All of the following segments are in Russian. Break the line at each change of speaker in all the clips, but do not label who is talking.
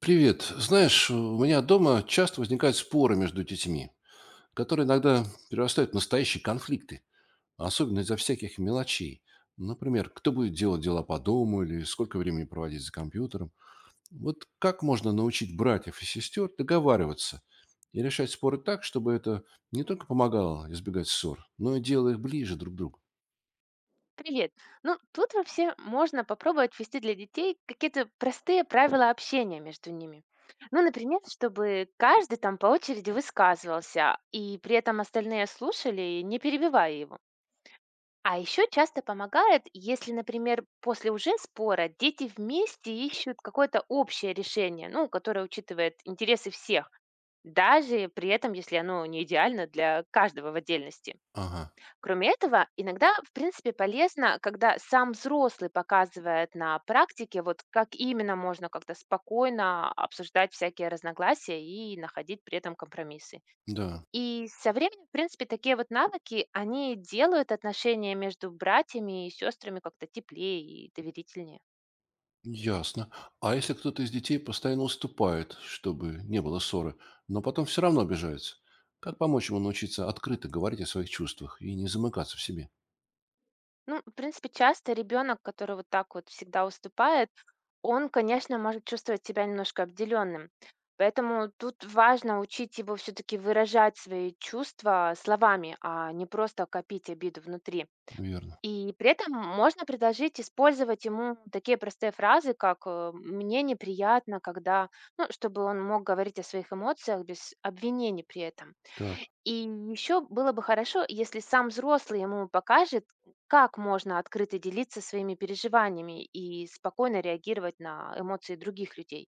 Привет. Знаешь, у меня дома часто возникают споры между детьми, которые иногда перерастают в настоящие конфликты, особенно из-за всяких мелочей. Например, кто будет делать дела по дому или сколько времени проводить за компьютером. Вот как можно научить братьев и сестер договариваться и решать споры так, чтобы это не только помогало избегать ссор, но и делало их ближе друг к другу?
Привет. Ну, тут вообще можно попробовать ввести для детей какие-то простые правила общения между ними. Ну, например, чтобы каждый там по очереди высказывался, и при этом остальные слушали, не перебивая его. А еще часто помогает, если, например, после уже спора дети вместе ищут какое-то общее решение, ну, которое учитывает интересы всех, даже при этом, если оно не идеально для каждого в отдельности.
Ага,
Кроме этого, иногда, в принципе, полезно, когда сам взрослый показывает на практике, вот как именно можно как-то спокойно обсуждать всякие разногласия и находить при этом компромиссы.
да.
И со временем, в принципе, такие вот навыки, они делают отношения между братьями и сестрами как-то теплее и доверительнее.
Ясно. А если кто-то из детей постоянно уступает, чтобы не было ссоры, но потом все равно обижается, как помочь ему научиться открыто говорить о своих чувствах и не замыкаться в себе?
Ну, в принципе, часто ребенок, который вот так вот всегда уступает, он, конечно, может чувствовать себя немножко обделенным. Поэтому тут важно учить его все-таки выражать свои чувства словами, а не просто копить обиду внутри.
Верно.
И при этом можно предложить использовать ему такие простые фразы, как «мне неприятно, когда…», ну, чтобы он мог говорить о своих эмоциях без обвинений при этом.
Так.
И еще было бы хорошо, если сам взрослый ему покажет, как можно открыто делиться своими переживаниями и спокойно реагировать на эмоции других людей.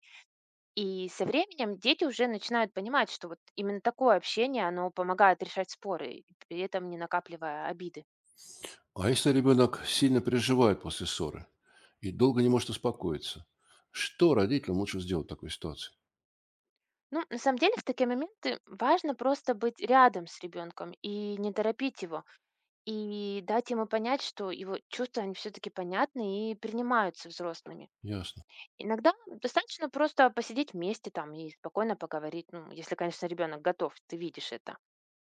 И со временем дети уже начинают понимать, что вот именно такое общение, оно помогает решать споры, при этом не накапливая обиды.
А если ребенок сильно переживает после ссоры и долго не может успокоиться, что родителям лучше сделать в такой ситуации?
Ну, на самом деле, в такие моменты важно просто быть рядом с ребенком и не торопить его, и дать ему понять, что его чувства, они все-таки понятны и принимаются взрослыми.
Ясно.
Иногда достаточно просто посидеть вместе там и спокойно поговорить, ну, если, конечно, ребенок готов, ты видишь это.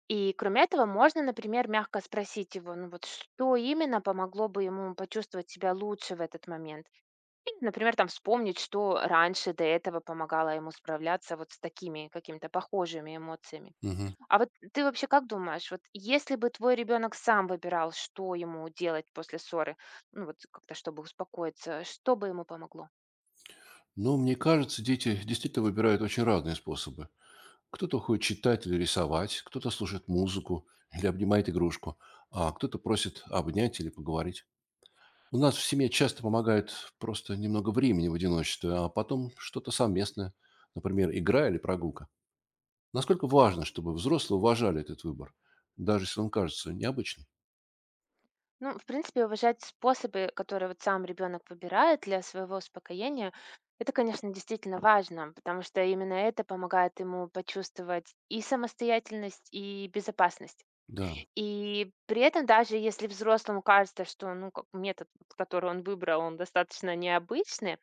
И кроме этого, можно, например, мягко спросить его, ну вот что именно помогло бы ему почувствовать себя лучше в этот момент. Или, например, там вспомнить, что раньше до этого помогало ему справляться вот с такими какими-то похожими эмоциями.
Мгм.
А вот ты вообще как думаешь, вот если бы твой ребенок сам выбирал, что ему делать после ссоры, ну вот как-то чтобы успокоиться, что бы ему помогло?
Ну, мне кажется, дети действительно выбирают очень разные способы. Кто-то уходит читать или рисовать, кто-то слушает музыку или обнимает игрушку, а кто-то просит обнять или поговорить. У нас в семье часто помогает просто немного времени в одиночестве, а потом что-то совместное, например, игра или прогулка. Насколько важно, чтобы взрослые уважали этот выбор, даже если он кажется необычным?
Ну, в принципе, уважать способы, которые вот сам ребенок выбирает для своего успокоения, это, конечно, действительно важно, потому что именно это помогает ему почувствовать и самостоятельность, и безопасность.
Да.
И при этом, даже если взрослому кажется, что ну, как метод, вот, который он выбрал, он достаточно необычный,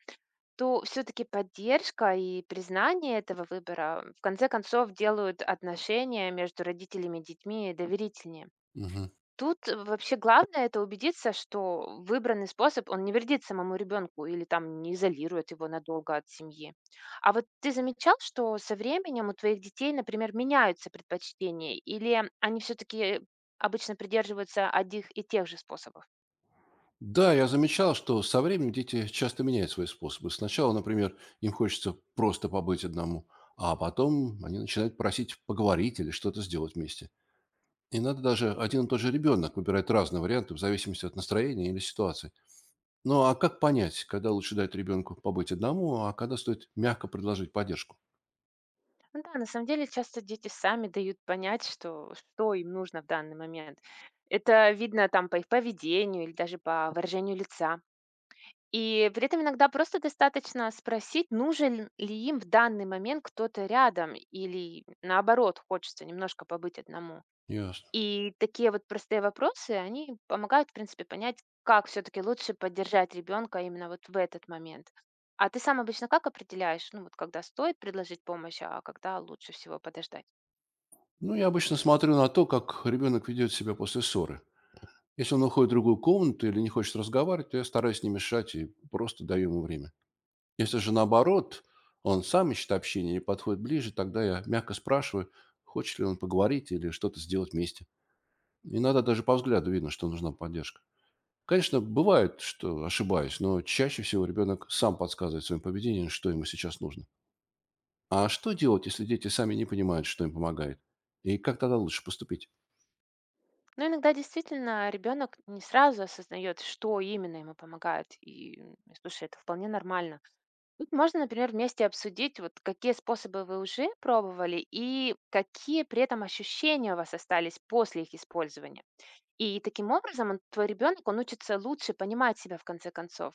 то все-таки поддержка и признание этого выбора в конце концов делают отношения между родителями и детьми доверительнее.
Мгм.
Тут вообще главное — это убедиться, что выбранный способ, он не вредит самому ребенку или там не изолирует его надолго от семьи. А вот ты замечал, что со временем у твоих детей, например, меняются предпочтения, или они все-таки обычно придерживаются одних и тех же способов?
Да, я замечал, что со временем дети часто меняют свои способы. Сначала, например, им хочется просто побыть одному, а потом они начинают просить поговорить или что-то сделать вместе. И надо даже один и тот же ребенок выбирает разные варианты в зависимости от настроения или ситуации. Ну а как понять, когда лучше дать ребенку побыть одному, а когда стоит мягко предложить поддержку?
Ну да, на самом деле часто дети сами дают понять, что им нужно в данный момент. Это видно там по их поведению или даже по выражению лица. И при этом иногда просто достаточно спросить, нужен ли им в данный момент кто-то рядом или наоборот, хочется немножко побыть одному.
Ясно.
И такие вот простые вопросы, они помогают, в принципе, понять, как все-таки лучше поддержать ребенка именно вот в этот момент. А ты сам обычно как определяешь, ну вот когда стоит предложить помощь, а когда лучше всего подождать?
Ну, я обычно смотрю на то, как ребенок ведет себя после ссоры. Если он уходит в другую комнату или не хочет разговаривать, то я стараюсь не мешать и просто даю ему время. Если же наоборот, он сам ищет общение и подходит ближе, тогда я мягко спрашиваю, хочет ли он поговорить или что-то сделать вместе. Иногда даже по взгляду видно, что нужна поддержка. Конечно, бывает, что ошибаюсь, но чаще всего ребенок сам подсказывает своим поведением, что ему сейчас нужно. А что делать, если дети сами не понимают, что им помогает? И как тогда лучше поступить?
Ну иногда действительно ребенок не сразу осознает, что именно ему помогает. И слушай, это вполне нормально. Тут можно, например, вместе обсудить, вот какие способы вы уже пробовали и какие при этом ощущения у вас остались после их использования. И таким образом он, твой ребенок, он учится лучше понимать себя в конце концов.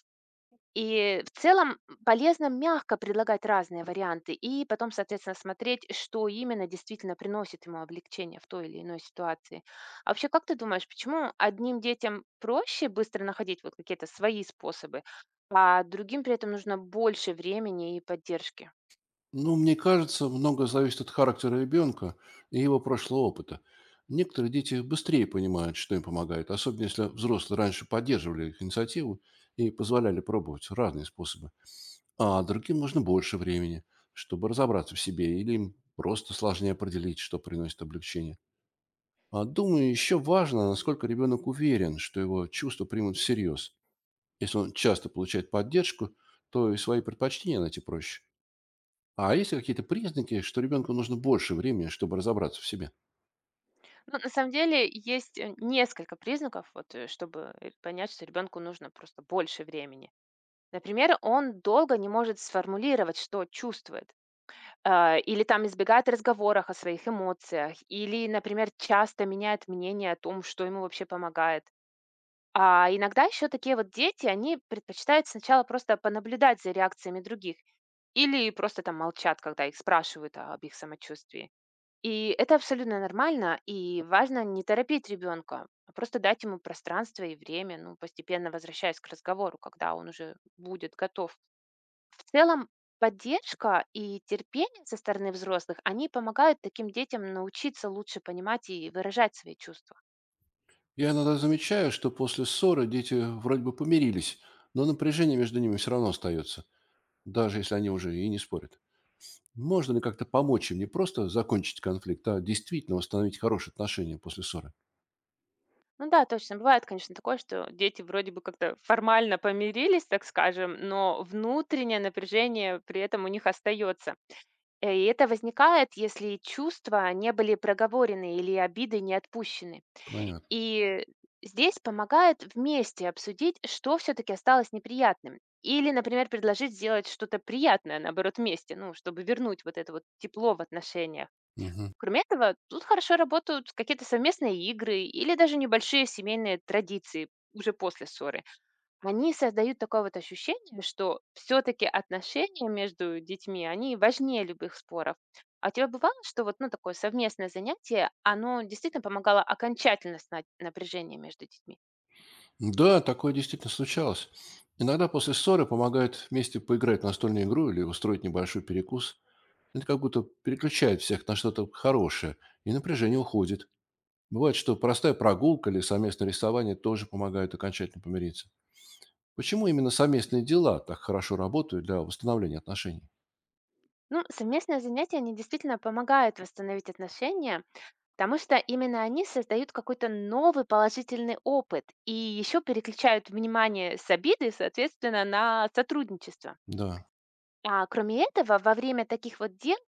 И в целом полезно мягко предлагать разные варианты и потом, соответственно, смотреть, что именно действительно приносит ему облегчение в той или иной ситуации. А вообще, как ты думаешь, почему одним детям проще быстро находить вот какие-то свои способы, а другим при этом нужно больше времени и поддержки?
Ну, мне кажется, многое зависит от характера ребенка и его прошлого опыта. Некоторые дети быстрее понимают, что им помогает, особенно если взрослые раньше поддерживали их инициативу и позволяли пробовать разные способы. А другим нужно больше времени, чтобы разобраться в себе, или им просто сложнее определить, что приносит облегчение. А думаю, еще важно, насколько ребенок уверен, что его чувства примут всерьез. Если он часто получает поддержку, то и свои предпочтения найти проще. А есть ли какие-то признаки, что ребенку нужно больше времени, чтобы разобраться в себе?
Ну, на самом деле есть несколько признаков, вот, чтобы понять, что ребенку нужно просто больше времени. Например, он долго не может сформулировать, что чувствует. Или там избегает разговоров о своих эмоциях, или, например, часто меняет мнение о том, что ему вообще помогает. А иногда еще такие вот дети, они предпочитают сначала просто понаблюдать за реакциями других или просто там молчат, когда их спрашивают об их самочувствии. И это абсолютно нормально, и важно не торопить ребенка, а просто дать ему пространство и время, ну, постепенно возвращаясь к разговору, когда он уже будет готов. В целом, поддержка и терпение со стороны взрослых, они помогают таким детям научиться лучше понимать и выражать свои чувства.
Я иногда замечаю, что после ссоры дети вроде бы помирились, но напряжение между ними все равно остается, даже если они уже и не спорят. Можно ли как-то помочь им не просто закончить конфликт, а действительно восстановить хорошие отношения после ссоры?
Ну да, точно, бывает, конечно, такое, что дети вроде бы как-то формально помирились, так скажем, но внутреннее напряжение при этом у них остается. И это возникает, если чувства не были проговорены или обиды не отпущены.
Понятно.
И здесь помогает вместе обсудить, что все-таки осталось неприятным. Или, например, предложить сделать что-то приятное, наоборот, вместе, ну, чтобы вернуть вот это вот тепло в отношениях.
Мгм.
Кроме этого, тут хорошо работают какие-то совместные игры или даже небольшие семейные традиции уже после ссоры. Они создают такое вот ощущение, что все-таки отношения между детьми, они важнее любых споров. А у тебя бывало, что вот ну, такое совместное занятие, оно действительно помогало окончательно снять напряжение между детьми?
Да, такое действительно случалось. Иногда после ссоры помогают вместе поиграть в настольную игру или устроить небольшой перекус. Это как будто переключает всех на что-то хорошее, и напряжение уходит. Бывает, что простая прогулка или совместное рисование тоже помогают окончательно помириться. Почему именно совместные дела так хорошо работают для восстановления отношений?
Ну, совместное занятие, они действительно помогают восстановить отношения, потому что именно они создают какой-то новый положительный опыт и еще переключают внимание с обиды, соответственно, на сотрудничество.
Да,
А кроме этого, во время таких вот дел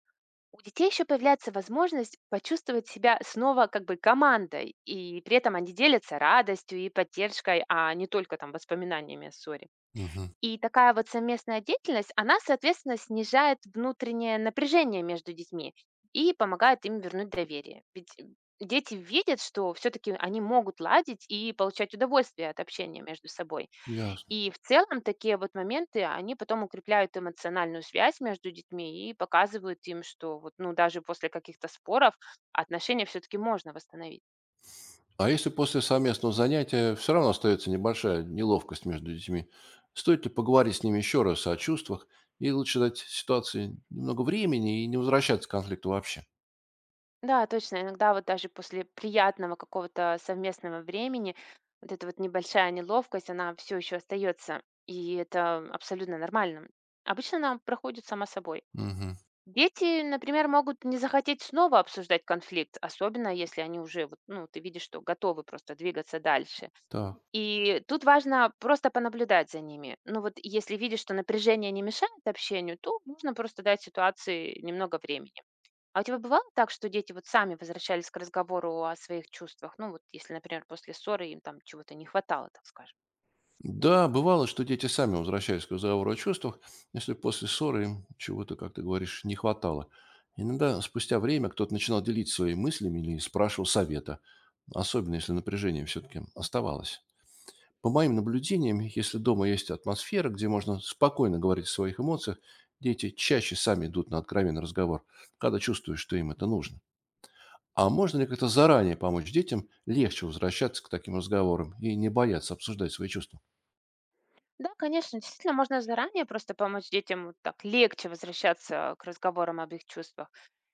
у детей еще появляется возможность почувствовать себя снова как бы командой, и при этом они делятся радостью и поддержкой, а не только там воспоминаниями о ссоре.
мгм,
И такая вот совместная деятельность, она, соответственно, снижает внутреннее напряжение между детьми и помогает им вернуть доверие. Ведь дети видят, что все-таки они могут ладить и получать удовольствие от общения между собой.
ясно.
И в целом такие вот моменты, они потом укрепляют эмоциональную связь между детьми и показывают им, что вот, ну, даже после каких-то споров отношения все-таки можно восстановить.
А если после совместного занятия все равно остается небольшая неловкость между детьми, стоит ли поговорить с ними еще раз о чувствах и лучше дать ситуации немного времени и не возвращаться к конфликту вообще?
Да, точно, иногда вот даже после приятного какого-то совместного времени вот эта вот небольшая неловкость, она все еще остается, и это абсолютно нормально. Обычно она проходит сама собой.
Угу.
Дети, например, могут не захотеть снова обсуждать конфликт, особенно если они уже, вот, ну, ты видишь, что готовы просто двигаться дальше.
Так.
И тут важно просто понаблюдать за ними. Ну вот если видишь, что напряжение не мешает общению, то нужно просто дать ситуации немного времени. А у тебя бывало так, что дети вот сами возвращались к разговору о своих чувствах? Ну вот если, например, после ссоры им там чего-то не хватало, так скажем.
Да, бывало, что дети сами возвращались к разговору о чувствах, если после ссоры им чего-то, как ты говоришь, не хватало. Иногда спустя время кто-то начинал делиться своими мыслями или спрашивал совета, особенно если напряжение все-таки оставалось. По моим наблюдениям, если дома есть атмосфера, где можно спокойно говорить о своих эмоциях, дети чаще сами идут на откровенный разговор, когда чувствуют, что им это нужно. А можно ли как-то заранее помочь детям легче возвращаться к таким разговорам и не бояться обсуждать свои чувства?
Да, конечно, действительно, можно заранее просто помочь детям вот так легче возвращаться к разговорам об их чувствах.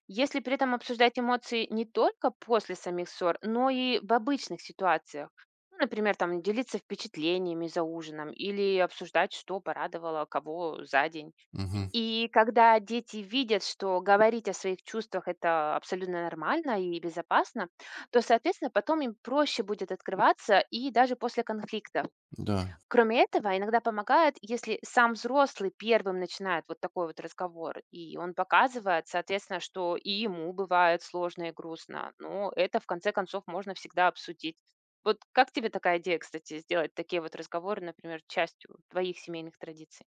Если при этом обсуждать эмоции не только после самих ссор, но и в обычных ситуациях. Ну, например, там делиться впечатлениями за ужином или обсуждать, что порадовало кого за день.
Угу,
И когда дети видят, что говорить о своих чувствах это абсолютно нормально и безопасно, то, соответственно, потом им проще будет открываться и даже после конфликта.
да.
Кроме этого, иногда помогает, если сам взрослый первым начинает вот такой вот разговор, и он показывает, соответственно, что и ему бывает сложно и грустно, но это в конце концов можно всегда обсудить. Вот как тебе такая идея, кстати, сделать такие вот разговоры, например, частью твоих семейных традиций?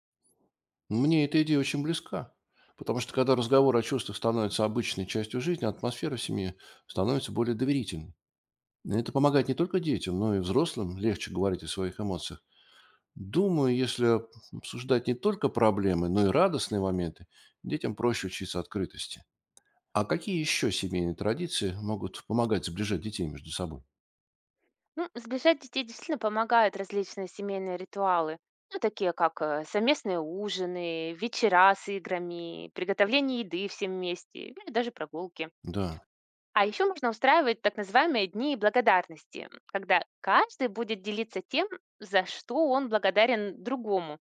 Мне эта идея очень близка, потому что когда разговор о чувствах становится обычной частью жизни, атмосфера в семье становится более доверительной. И это помогает не только детям, но и взрослым легче говорить о своих эмоциях. Думаю, если обсуждать не только проблемы, но и радостные моменты, детям проще учиться открытости. А какие еще семейные традиции могут помогать сближать детей между собой?
Ну, сближать детей действительно помогают различные семейные ритуалы. Ну, такие как совместные ужины, вечера с играми, приготовление еды всем вместе, или даже прогулки.
Да,
А еще можно устраивать так называемые дни благодарности, когда каждый будет делиться тем, за что он благодарен другому.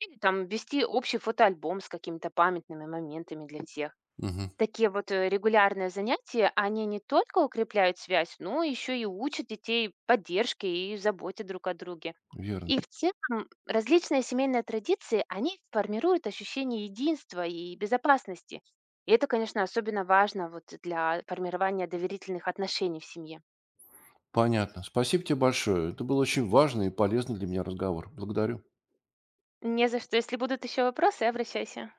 Или там вести общий фотоальбом с какими-то памятными моментами для всех.
мгм,
Такие вот регулярные занятия, они не только укрепляют связь, но еще и учат детей поддержке и заботе друг о друге.
верно.
И в целом различные семейные традиции, они формируют ощущение единства и безопасности. И это, конечно, особенно важно вот для формирования доверительных отношений в семье.
Понятно. Спасибо тебе большое. Это был очень важный и полезный для меня разговор. Благодарю.
Не за что. Если будут еще вопросы, обращайся.